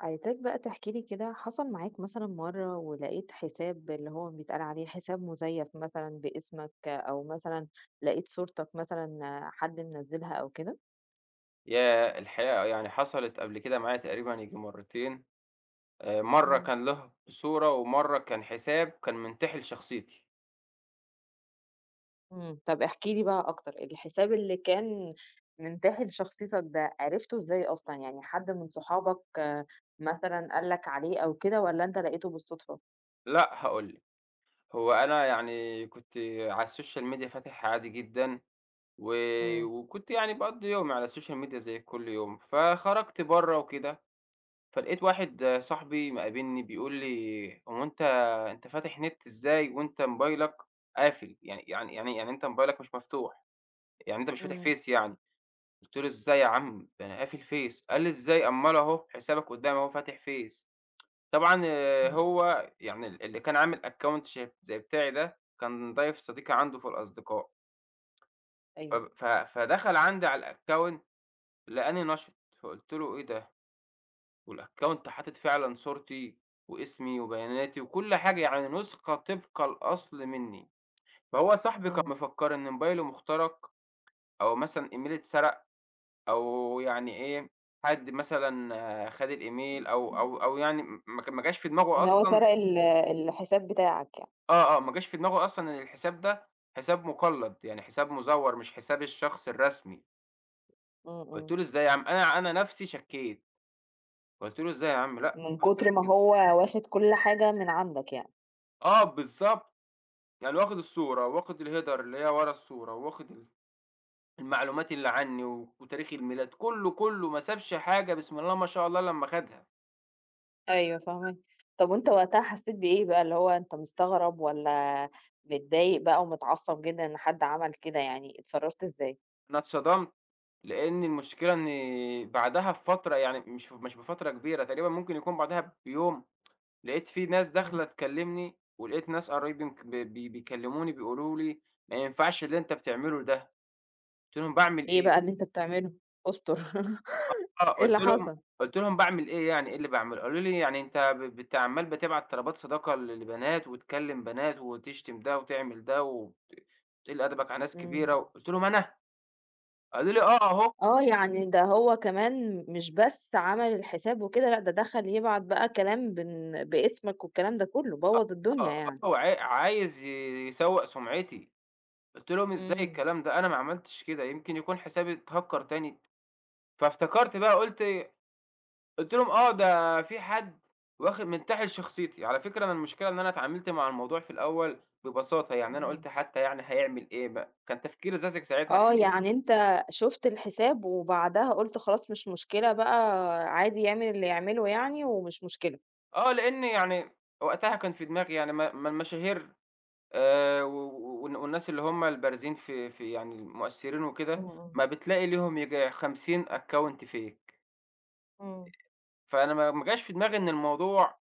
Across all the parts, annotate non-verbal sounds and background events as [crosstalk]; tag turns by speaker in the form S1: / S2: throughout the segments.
S1: عايزاك بقى تحكي لي كده حصل معاك مثلًا مرّة ولقيت حساب اللي هو بيتقال عليه حساب مزيّف مثلًا باسمك، أو مثلًا لقيت صورتك مثلًا حد منزّلها أو كده؟
S2: ياه! الحقيقة يعني حصلت قبل كده معايا تقريبًا ييجي مرّتين، مرّة
S1: إمم.
S2: كان له صورة ومرّة كان حساب كان منتحل شخصيتي.
S1: إمم، طب احكِ لي بقى أكتر، الحساب اللي كان منتهي لشخصيتك ده عرفته إزاي أصلًا، يعني حد من صحابك آه، مثلًا قال لك عليه أو كده والّا أنت لقيته بالصدفة؟
S2: لأ هاقول لِك، هو أنا يعني كنت على الSocial Media فاتح عادي جدًا، و
S1: إمم.
S2: وكنت يعني باقضّي يومي على الSocial Media زي كل يوم، فخرجت برّه وكده، فلقيت واحد آه، صاحبي مقابلني بيقول لي: "هو أنت فاتح نت إزاي وأنت موبايلك قافل؟ يعني أنت موبايلك مش مفتوح، يعني أنت مش فاتح
S1: إمم،
S2: فيس يعني؟" قُلت له: "إزاي يا عم؟ ده أنا قافل فيس." قال لي: "إزاي؟ أمّال أهو حسابك قدّامي أهو فاتح فيس." طبعًا آه،
S1: إمم،
S2: هو يعني اللي كان عامل account زي بتاعي ده، كان ضيف صديقي عنده في الأصدقاء،
S1: أيوه.
S2: فب ف فدخل عندي على الaccount لقاني نشط، فقُلت له: "إيه ده؟ والaccount حاطط فعلًا صورتي واسمي وبياناتي وكل حاجة، يعني نسخة طبق الأصل منّي." فهو صاحبي كان
S1: إمم.
S2: مفكّر إن موبايله مخترق أو مثلًا إيميلي اتسرق أو يعني إيه، حد مثلًا آه، خَد الإيميل أو يعني م ما ك ما جاش في دماغه
S1: إن هو
S2: أصلًا
S1: سرق ال الحساب بتاعك يعني.
S2: آه، آه، ما جاش في دماغه أصلًا إن الحساب ده حساب مُقلَّد، يعني حساب مزوَّر مش حساب الشخص الرسمي.
S1: إمم،
S2: قُلت
S1: إمم.
S2: له: "إزاي يا عم؟" أنا نَفْسي شكّيت، قُلت له: "إزاي يا عم؟ لأ،
S1: من
S2: بافتح
S1: كتر ما
S2: كده."
S1: هو واخد كل حاجة من عندك يعني.
S2: آه، بالضبط. يعني واخد الصورة واخد الheader اللي هي ورا الصورة واخد المعلومات اللي عني وتاريخ الميلاد، كُلّه، كُلّه ما سابش حاجة بسم الله ما شاء الله لمّا خَدها.
S1: أيوه فاهماكِ. طب وأنت وقتها حسيت بإيه بقى، اللي هو أنت مستغرب والّا متضايق بقى ومتعصب جدًا إن حد عمل كده يعني، اتصرفت إزاي؟
S2: أنا اتصدمت. لإن المشكلة إن بعدها بفترة يعني مش بفترة كبيرة، تقريبًا ممكن يكون بعدها بيوم، لقيت في ناس
S1: إمم.
S2: داخلة تكلّمني، ولقيت ناس قرايبي مك ب بي بيكلّموني بيقولوا لي: "ما ينفعش اللي أنت بتعمله ده." قُلت لهم: "باعمل
S1: إيه
S2: إيه؟"
S1: بقى اللي أنت بتعمله؟ أستر [laughs]
S2: آه،
S1: إيه اللي حصل؟
S2: قُلت لهم: "باعمل إيه يعني إيه اللي باعمله؟" قالوا لي: "يعني أنت ب بت عمّال بتبعت طلبات صداقة لبنات وتكلّم بنات وتشتم ده وتعمل ده تقل أدبك على ناس
S1: إمم.
S2: كبيرة." قُلت لهم: "أنا؟" قالوا لي: "آه أهو."
S1: آه، يعني ده هو كمان مش بس عمل الحساب وكده، لأ ده دخل يبعت بقى كلام باسمك والكلام ده كله، بوّظ
S2: آه،
S1: الدنيا
S2: آه،
S1: يعني.
S2: هو عايز يسوّق سُمعتي. قُلت لهم: "إزاي
S1: إمم،
S2: الكلام ده؟ أنا ما عملتش كده، يمكن يكون حسابي اتهكر تاني." فافتكرت بقى قُلت لهم: "آه، ده في حد واخد منتحل شخصيتي." على فكرة أنا المشكلة إن أنا اتعاملت مع الموضوع في الأول ببساطة، يعني أنا
S1: إمم.
S2: قُلت حتى يعني هيعمل إيه بقى، كان تفكيري ساذج ساعتها
S1: آه،
S2: الحقيقة.
S1: يعني أنت شُفت الحساب وبعدها قُلت خلاص مش مشكلة بقى عادي يعمل اللي يعمله يعني ومش مشكلة.
S2: آه، لإن يعني وقتها كان في دماغي يعني ما ما المشاهير و و والناس اللي هم البارزين في يعني المؤثرين وكده،
S1: إمم، إمم،
S2: ما بتلاقي ليهم ييجي 50 account fake.
S1: إمم.
S2: فأنا ما ما جاش في دماغي إن الموضوع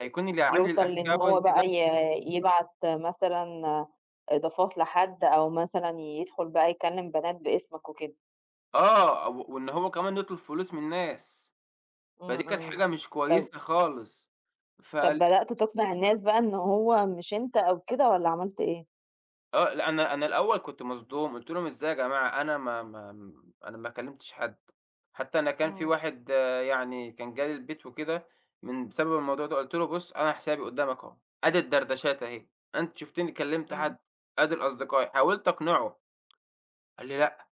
S2: هيكون اللي عامل
S1: يوصل لإن هو
S2: الaccount ده
S1: بقى يبعت مثلًا إضافات لحد أو مثلًا يدخل بقى يكلّم بنات باسمك وكده.
S2: آه، وإن هو كمان يطلب فلوس من الناس، فدي
S1: إمم،
S2: كانت
S1: إمم.
S2: حاجة مش
S1: طب
S2: كويسة خالص.
S1: طب
S2: فال
S1: بدأت تقنع الناس بقى إن هو مش أنت أو كده والّا عملت إيه؟
S2: آه، لأ أنا الأول كنت مصدوم، قُلت لهم: "إزاي يا جماعة أنا ما كلمتش حد." حتى أنا كان في
S1: إمم،
S2: واحد آه، يعني كان جه لي البيت وكده من بسبب الموضوع ده، قُلت له: "بُص أنا حسابي قدامك أهو، أدي الدردشات أهي، أنت شُفتني كلمت
S1: إمم،
S2: حد، أدي الأصدقاء." حاولت أقنعه، قال لي: "لأ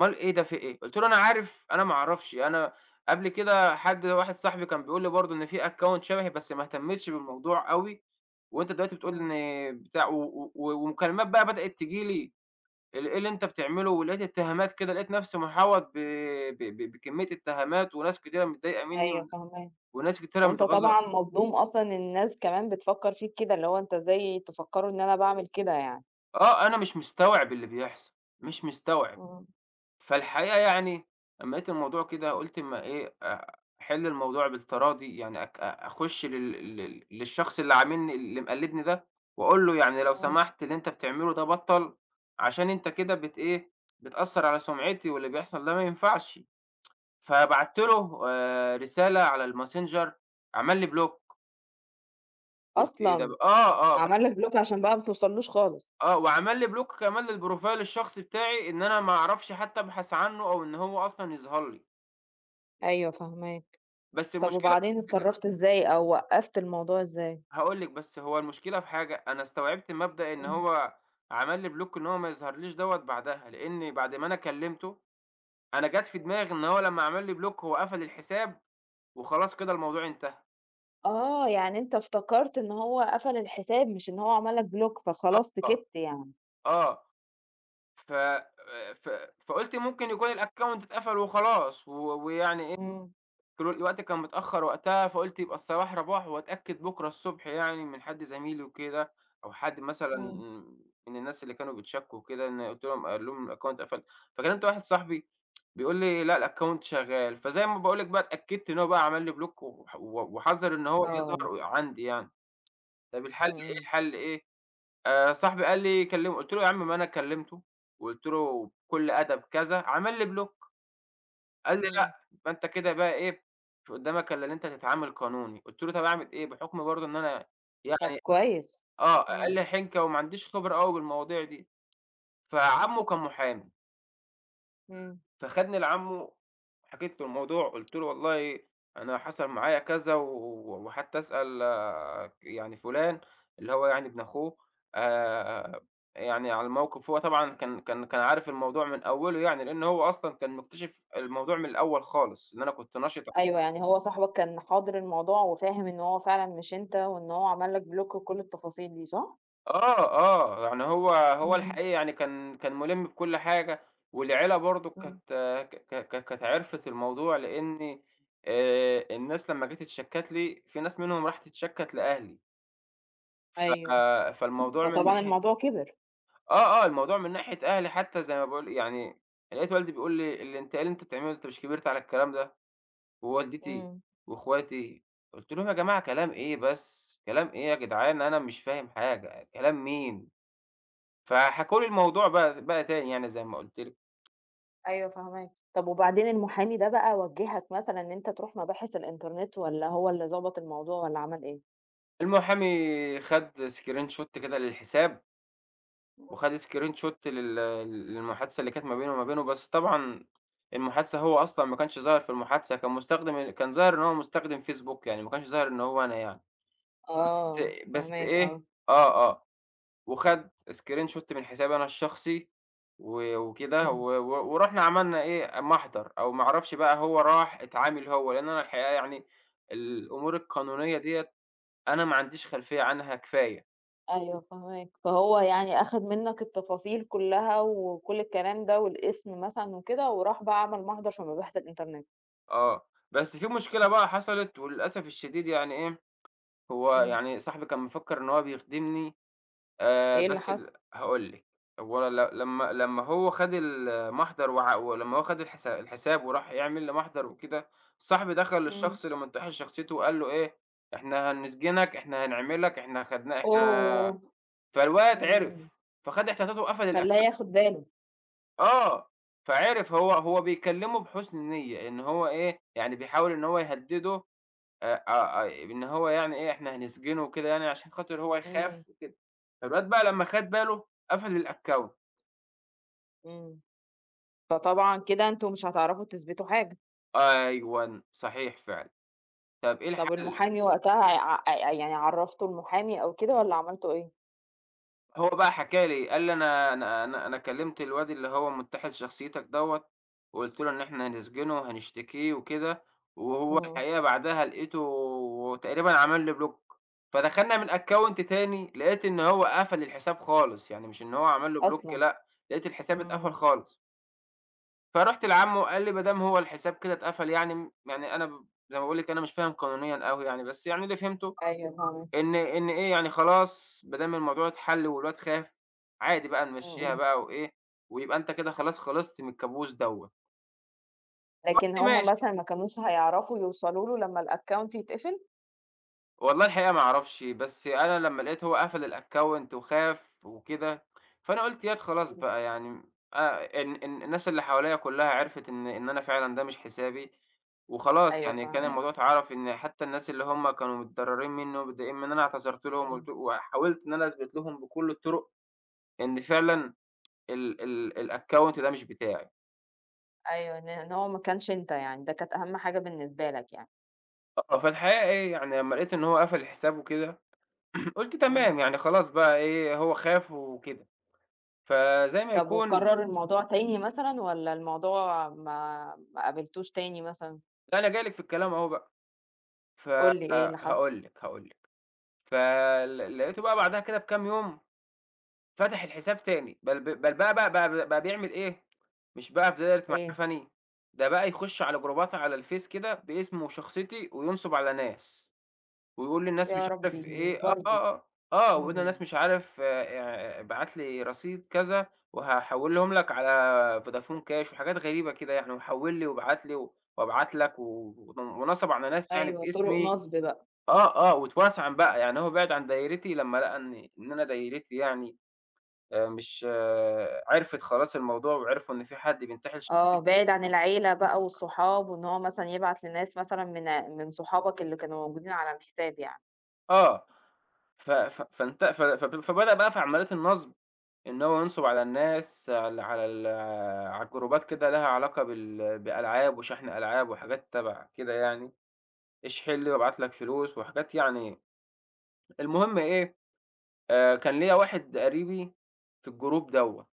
S2: أمّال إيه ده في إيه؟ قُلت له: "أنا عارف، أنا ما أعرفش." أنا قبل كده حد واحد صاحبي كان بيقول لي برضه إن في account شبهي بس ما اهتمتش بالموضوع أوي، وأنت دلوقتي بتقول
S1: إمم.
S2: إن بتاع و و و ومكالمات بقى بدأت تيجي لي إيه اللي أنت بتعمله، ولقيت اتهامات كده، لقيت نفسي محاوط ب ب ب بكمية اتهامات وناس كتيرة متضايقة منّي
S1: أيوه فاهماك.
S2: وناس كتيرة
S1: وأنت
S2: متغاظة.
S1: طبعًا مصدوم أصلًا إن الناس كمان بتفكّر فيك كده، اللي هو أنت إزاي تفكّروا إن أنا باعمل كده يعني؟
S2: آه، أنا مش مستوعب اللي بيحصل، مش مستوعب.
S1: إمم،
S2: فالحقيقة يعني أمّا لقيت الموضوع كده قُلت أمّا إيه أحِل الموضوع بالتراضي، يعني أك أ أخُش لل لل للشخص اللي عاملني اللي مقلّدني ده وأقول له: "يعني لو
S1: إمم،
S2: سمحت اللي أنت بتعمله ده بطّل، عشان أنت كده بت إيه، بتأثّر على سُمعتي واللي بيحصل ده ما ينفعش." فبَعت
S1: إمم.
S2: له رسالة على الMessenger. عمل لي بلوك، قُلت إيه ده ب
S1: أصلًا!
S2: آه، آه، ف
S1: عمل لك block عشان بقى ما توصلّوش خالص.
S2: آه، وعمل لي بلوك كمان للبروفايل الشخصي بتاعي إن أنا ما أعرفش حتى أبحث عنّه أو إن هو أصلًا يظهر لي،
S1: أيوه فاهماك.
S2: بس
S1: طب
S2: المشكلة
S1: وبعدين اتصرّفت إزاي أو وقّفت الموضوع إزاي؟
S2: هاقول لِك، بس هو المشكلة في حاجة، أنا استوعبت مبدأ إن
S1: إمم.
S2: هو عمل لي بلوك إن هو ما يظهرليش دوّة بعدها، لإن بعد ما أنا كلّمته، أنا جات في دماغي إن هو لمّا عمل لي بلوك هو قفل الحساب وخلاص كده الموضوع انتهى.
S1: آه، يعني أنت افتكرت إن هو قفل الحساب مش إن هو عمل لك block فخلاص
S2: آه،
S1: سكِتّ يعني.
S2: آه، ف آه، ف فقُلت ممكن يكون الaccount اتقفل وخلاص ويعني
S1: إمم،
S2: كل الوقت كان متأخّر وقتها، فقُلت يبقى الصباح رَباح وأتأكد بُكرة الصبح يعني من حد زميلي وكده، أو حد مثلًا
S1: إمم.
S2: من الناس اللي كانوا بيتشاركوا وكده، إن قُلت لهم أقول لهم الaccount قفل، فكلمت واحد صاحبي بيقول لي: "لأ الaccount شغال." فزي ما باقول لك بقى اتأكدت إن هو بقى عمل لي block وح و وحَذَر إن هو
S1: آه،
S2: يظهر عندي يعني. طَب الحل
S1: إمم،
S2: إيه،
S1: إمم.
S2: الحل إيه؟ صاحبي قال لي كلمه، قُلت له: "يا عم ما أنا كلمته وقُلت له بكل أدب كذا، عمل لي block." قال لي:
S1: إمم.
S2: "لأ، يبقى أنت كده بقى إيه، مش قدّامك إلا إن أنت تتعامل قانوني." قُلت له: "طَب أعمل إيه؟" بحُكم برضه إن أنا
S1: طب
S2: يعني
S1: كويس.
S2: آه،
S1: إمم،
S2: أقل حِنكة وما عنديش خبرة أوي بالمواضيع دي. فعمّه كان محامي،
S1: إمم.
S2: فخدني لعمّه حكيت له الموضوع، قُلت له: "والله أنا حصل معايا كذا وحتى أسأل آه، يعني فُلان" اللي هو يعني ابن أخوه آآ "يعني على الموقِف." هو طبعًا كان عارف الموضوع من أوّله يعني، لإن هو أصلًا كان مكتشف الموضوع من الأول خالص، إن أنا كنت نشِط
S1: أيوه، يعني هو صاحبك كان حاضر الموضوع وفاهم إن هو فعلًا مش أنت وإن هو عمل لك بلوك وكل التفاصيل دي، صح؟
S2: آه، آه، يعني هو
S1: إمم،
S2: الحقيقة يعني كان مُلِم بكل حاجة، والعيلة برضه
S1: إمم.
S2: كانت ك ك كانت عرفِت الموضوع، لإني الناس لمّا جات اتشكّت لي، في ناس منهم راحت اتشكّت لأهلي، ف
S1: أيوه،
S2: فالموضوع من
S1: فطبعًا
S2: ناحية
S1: الموضوع كبر.
S2: آه، آه، الموضوع من ناحية أهلي حتى زي ما باقول يعني لقيت والدي بيقول لي: "اللي أنت إيه اللي أنت بتعمله ده؟ أنت مش كبرت على الكلام ده؟" ووالدتي
S1: إمم،
S2: وإخواتي، قُلت لهم: "يا جماعة كلام إيه بس، كلام إيه يا جدعان أنا مش فاهم حاجة، كلام مين؟" فحكوا لي الموضوع بقى تاني يعني زي ما قُلت لِك،
S1: أيوه فاهماك. طب وبعدين المحامي ده بقى وجّهك مثلًا إن أنت تروح مباحث الإنترنت والّا هو اللي ضبط الموضوع والّا عمل إيه؟
S2: المحامي خَد screenshot كده للحساب، وخَد
S1: إمم.
S2: screenshot للمحادثة اللي كانت ما بيني وما بينه، بس طبعًا المحادثة هو أصلًا ما كانش ظاهر في المحادثة، كان مستخدم كان ظاهر إن هو مستخدم فيسبوك يعني، ما كانش ظاهر إن هو أنا يعني، بس
S1: آه،
S2: بس
S1: فاهماك
S2: إيه
S1: آه.
S2: آه، آه. وخَد screenshot من حسابي أنا الشخصي وكده
S1: إمم.
S2: و و ورُحنا عملنا إيه، محضر أو ما أعرفش بقى هو راح اتعامل هو، لإن أنا الحقيقة يعني الأمور القانونية ديّة أنا ما عنديش خلفية عنها كفاية،
S1: أيوه فاهماك، فهو يعني أخد منّك التفاصيل كلّها وكل الكلام ده والاسم مثلًا وكده وراح بقى عمل محضر في مباحث الإنترنت.
S2: آه. بس في مشكلة بقى حصلت وللأسف الشديد يعني إيه، هو
S1: إمم.
S2: يعني صاحبي كان مفكّر إن هو بيخدمني
S1: إيه اللي
S2: بس
S1: حصل؟
S2: هاقول لِك، هو ل لمّا هو خَد المحضر ولمّا هو خَد الحساب وراح يعمل لمحضر وكده، صاحبي دخل
S1: إمم.
S2: للشخص اللي منتحل شخصيته وقال له إيه: "إحنا هنسجنك، إحنا هنعملك، إحنا خدنا إحنا"
S1: أوه!
S2: فالواد
S1: إمم.
S2: عِرف، فخَد احتياطاته وقفل
S1: خلّاه ياخد باله.
S2: آه، فعِرف هو بيكلّمه بحُسن نيّة، إن هو إيه، يعني بيحاول إن هو يهدّده إن هو يعني إيه، إحنا هنسجنه وكده يعني عشان خاطر هو
S1: إمم،
S2: يخاف وكده، فالواد بقى لمّا خَد باله قفل الaccount.
S1: إمم. فطبعًا كده أنتم مش هتعرفوا تثبتوا حاجة.
S2: أيوًا، صحيح فعلًا. طَب إيه
S1: طب
S2: الحل؟
S1: المحامي وقتها ع ع يعني عرّفتوا المحامي أو كده والّا عملتوا إيه؟
S2: هو بقى حكى لي، قال لي: "أنا كلّمت الواد اللي هو مُتّحِد شخصيتك دوّة، وقُلت له إن إحنا هنسجنه وهنشتكيه وكده، وهو
S1: إمم.
S2: الحقيقة بعدها لقيته تقريبًا عمل لي بلوك." فدخلنا من account تاني، لقيت إن هو قفل الحساب خالص، يعني مش إن هو عمل له بلوك
S1: أصلًا.
S2: لأ، لقيت الحساب اتقفل
S1: إمم.
S2: خالص. فرُحت لعمّه وقال لي: "ما دام هو الحساب كده اتقفل يعني يعني أنا زي ما باقول لِك أنا مش فاهم قانونيًا أوي يعني، بس يعني اللي فهمته
S1: أيوه فاهماك.
S2: إن إيه، يعني خلاص ما دام الموضوع اتحل والواد خاف، عادي بقى
S1: إمم،
S2: نمشّيها
S1: إمم.
S2: بقى وإيه، ويبقى أنت كده خلاص خلصت من الكابوس دوّة.
S1: لكن
S2: قُلت
S1: هم
S2: ماشي.
S1: مثلًا ما كانوش هيعرفوا يوصلوا له لمّا الaccount يتقفل؟
S2: والله الحقيقة ما أعرفش، بس أنا لمّا لقيت هو قفل الaccount وخاف وكده، فأنا قُلت ياض خلاص
S1: إمم.
S2: بقى يعني إن الناس اللي حواليّا كلّها عرفت إن أنا فعلًا ده مش حسابي، وخلاص
S1: أيوه
S2: يعني كان
S1: فاهماك.
S2: الموضوع اتعرف إن حتّى الناس اللي هم كانوا متضرّرين منّه ومتضايقين منّي أنا اعتذرت لهم
S1: إمم.
S2: وقُلت وحاولت إن أنا أثبت لهم بكل الطُرق إن فعلًا ال ال الaccount ده مش بتاعي.
S1: أيوه. إن إن هو ما كانش أنت يعني، ده كانت أهم حاجة بالنسبة لك يعني.
S2: آه، فالحقيقة إيه، يعني لمّا لقيت إن هو قفل الحساب وكده، [clears throat] قُلت
S1: إمم.
S2: تمام، يعني خلاص بقى إيه، هو خاف وكده. فزي ما
S1: طب
S2: يكون
S1: وكرّروا الموضوع تاني مثلًا والّا الموضوع ما قابلتوش تاني مثلًا؟
S2: لا أنا جاي لِك في الكلام أهو بقى،
S1: قُل لي إيه اللي حصل؟
S2: فهاقول لِك، هاقول لِك. لقيته بقى بعدها كده بكام يوم فتح الحساب تاني، بل ب بل بقى بقى بقى بقى بيعمل إيه، مش بقى في دايرة
S1: إيه؟
S2: معرفة أني، ده بقى يخُش على جروبات على الفيس كده باسمي وشخصيتي وينصب على ناس. ويقول للناس
S1: يا
S2: مش عارف
S1: ربي
S2: إيه
S1: برضه!
S2: ويقول للناس
S1: إمم.
S2: مش عارف ابعت لي رصيد كذا وهاحوّلهم لك على فودافون كاش وحاجات غريبة كده يعني، وحوّل لي وابعت لي وابعت لك ونصب على ناس يعني
S1: أيوه، طُرق
S2: باسمي
S1: نَصْب بقى.
S2: آه، آه، واتوسعن بقى، يعني هو بِعِد عن دايرتي لمّا لقى إن إن أنا دايرتي يعني مش آه، عرفت خلاص الموضوع وعرفوا إن في حد بينتحل
S1: آه،
S2: شخصيتي
S1: بعِد عن العيلة بقى والصحاب وإن هو مثلًا يبعت لناس مثلًا من صحابك اللي كانوا موجودين على الحساب يعني.
S2: آه، ف ف فانت ف ف فبدأ بقى في عمليات النصب. إن هو ينصب على الناس على على الجروبات كده ليها علاقة بألعاب وشحن ألعاب وحاجات تبع كده يعني، اشحن لي وابعت لك فلوس وحاجات يعني المهم إيه، كان ليّا واحد قريبي في الجروب دوّة،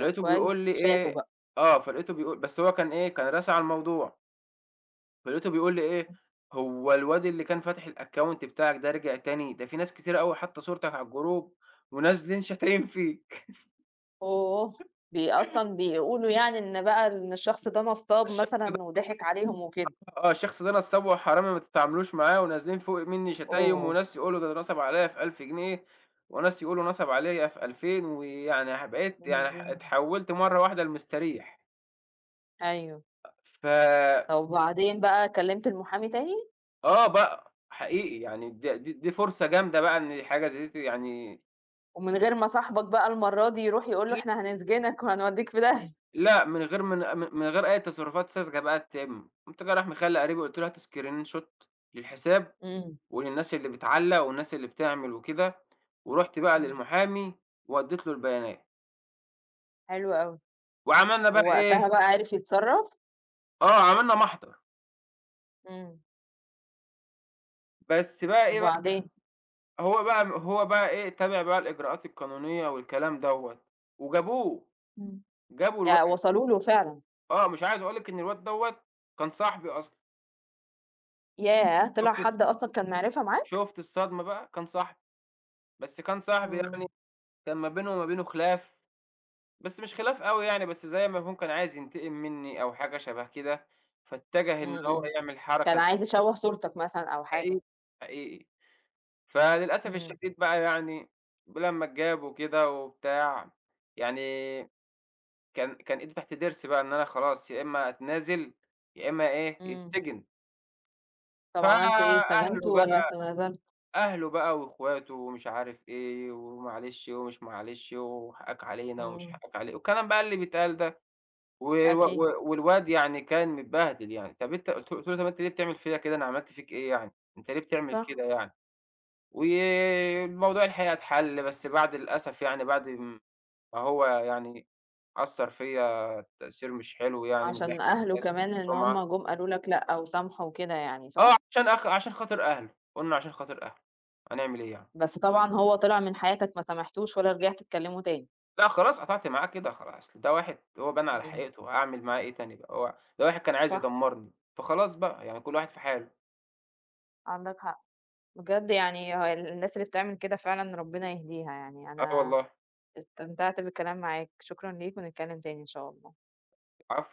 S1: طب
S2: بيقول
S1: كويس،
S2: لي
S1: شافوا
S2: إيه
S1: بقى.
S2: آه، فلقيته بيقول بس هو كان إيه، كان راسي على الموضوع، فلقيته بيقول لي إيه: "هو الواد اللي كان فاتح الأكونت بتاعك ده رجع تاني؟ ده في ناس كتيرة أوي حاطة صورتك على الجروب ونازلين شاتمين فيك."
S1: أوه! بي أصلًا بيقولوا يعني إن بقى إن الشخص ده نَصّاب مثلًا
S2: [laughs]
S1: وضحك عليهم وكده.
S2: آه، الشخص ده نصّاب وحرامي ما تتعاملوش معاه، ونازلين فوق منّي شتايم،
S1: أوه!
S2: وناس يقولوا ده نصب عليَّ في 1000 جنيه، وناس يقولوا نصب عليَّ في 2000 ويعني بقيت
S1: إمم،
S2: يعني
S1: إمم.
S2: اتحوّلت مرّة واحدة لمستريح.
S1: أيوه.
S2: ف
S1: وبعدين بقى كلّمت المحامي تاني،
S2: آه بقى، حقيقي يعني د دي دي فرصة جامدة بقى إن حاجة زي دي يعني
S1: ومن غير ما صاحبك بقى المرّة دي يروح يقول له إحنا هنسجنك وهنودّيك في داهية.
S2: لأ، من غير أي تصرفات ساذجة بقى تتم، قمت جاي رايح مخلّي قريبي قُلت له: "هات screenshot للحساب
S1: إمم،
S2: وللناس اللي بتعلّق والناس اللي بتعمل وكده، ورُحت بقى
S1: إمم،
S2: للمحامي وأدّيت له البيانات،
S1: حلو أوي.
S2: وعملنا بقى إيه،
S1: ووقتها بقى عرف يتصرّف.
S2: آه، عملنا محضر،
S1: إمم.
S2: بس بقى إيه بقى،
S1: وبعدين؟
S2: هو بقى إيه، تابع بقى الإجراءات القانونية والكلام دوّة، وجابوه،
S1: إمم.
S2: جابوا الواد
S1: وصلوا له فعلًا.
S2: آه، مش عايز أقول لِك إن الواد دوّة كان صاحبي أصلًا،
S1: ياه! طلع
S2: شُفت الص
S1: حد أصلًا كان معرفة معاك؟
S2: شُفت الصدمة بقى، كان صاحبي، بس كان صاحبي
S1: إمم،
S2: يعني كان ما بينه وما بينه خلاف، بس مش خلاف أوي يعني، بس زي ما يكون كان عايز ينتقم منّي أو حاجة شبه كده، فاتجه إن
S1: إمم،
S2: هو
S1: إمم.
S2: يعمل
S1: كان
S2: حركة
S1: عايز يشوّه صورتك مثلًا أو حاجة.
S2: حقيقي، حقيقي. فللأسف
S1: إمم،
S2: الشديد بقى يعني لمّا اتجابوا كده وبتاع، يعني كان إيدي تحت ضرسي بقى إن أنا خلاص يا إمّا أتنازل، يا إمّا إيه،
S1: إمم.
S2: يتسجن.
S1: طب عملت إيه،
S2: فأهله
S1: سجنته والّا
S2: بقى
S1: اتنازلت؟
S2: أهله بقى وإخواته ومش عارف إيه، ومعلش ومش معلش وحقك علينا ومش
S1: إمم،
S2: حقك علي والكلام بقى اللي بيتقال ده. و و
S1: أكيد.
S2: و والواد يعني كان متبهدل يعني. طَب أنت قُلت له: "طَب أنت ليه بتعمل فيّا كده، أنا عملت فيك إيه يعني؟ أنت ليه بتعمل
S1: صح،
S2: كده يعني؟" والموضوع الحقيقة اتحل، بس بعد للأسف يعني بعد م ما هو يعني أثّر فيّا تأثير مش حلو يعني من
S1: عشان
S2: ناحية
S1: أهله
S2: الناس
S1: كمان إن
S2: والسُمعة
S1: هُم جُم قالوا لك لأ وسامحوا وكده يعني، صح؟
S2: آه، عشان خاطر أهله، قُلنا عشان خاطر أهله، هنعمل إيه يعني؟
S1: بس طبعًا هو طلع من حياتك ما سامحتوش ولا رجعت تكلمه تاني.
S2: لأ خلاص قطعت معاه كده خلاص، أصل ده واحد هو بان على
S1: إمم،
S2: حقيقته، هاعمل معاه إيه تاني بقى؟ هو ده واحد كان عايز
S1: صح،
S2: يدمّرني، فخلاص بقى يعني كل واحد في حاله.
S1: عندك حق. بجد يعني هو الناس اللي بتعمل كده فعلًا ربنا يهديها يعني،
S2: آه
S1: أنا
S2: والله،
S1: استمتعت بالكلام معاك، شكرًا ليك ونتكلم تاني إن شاء الله.
S2: العفو.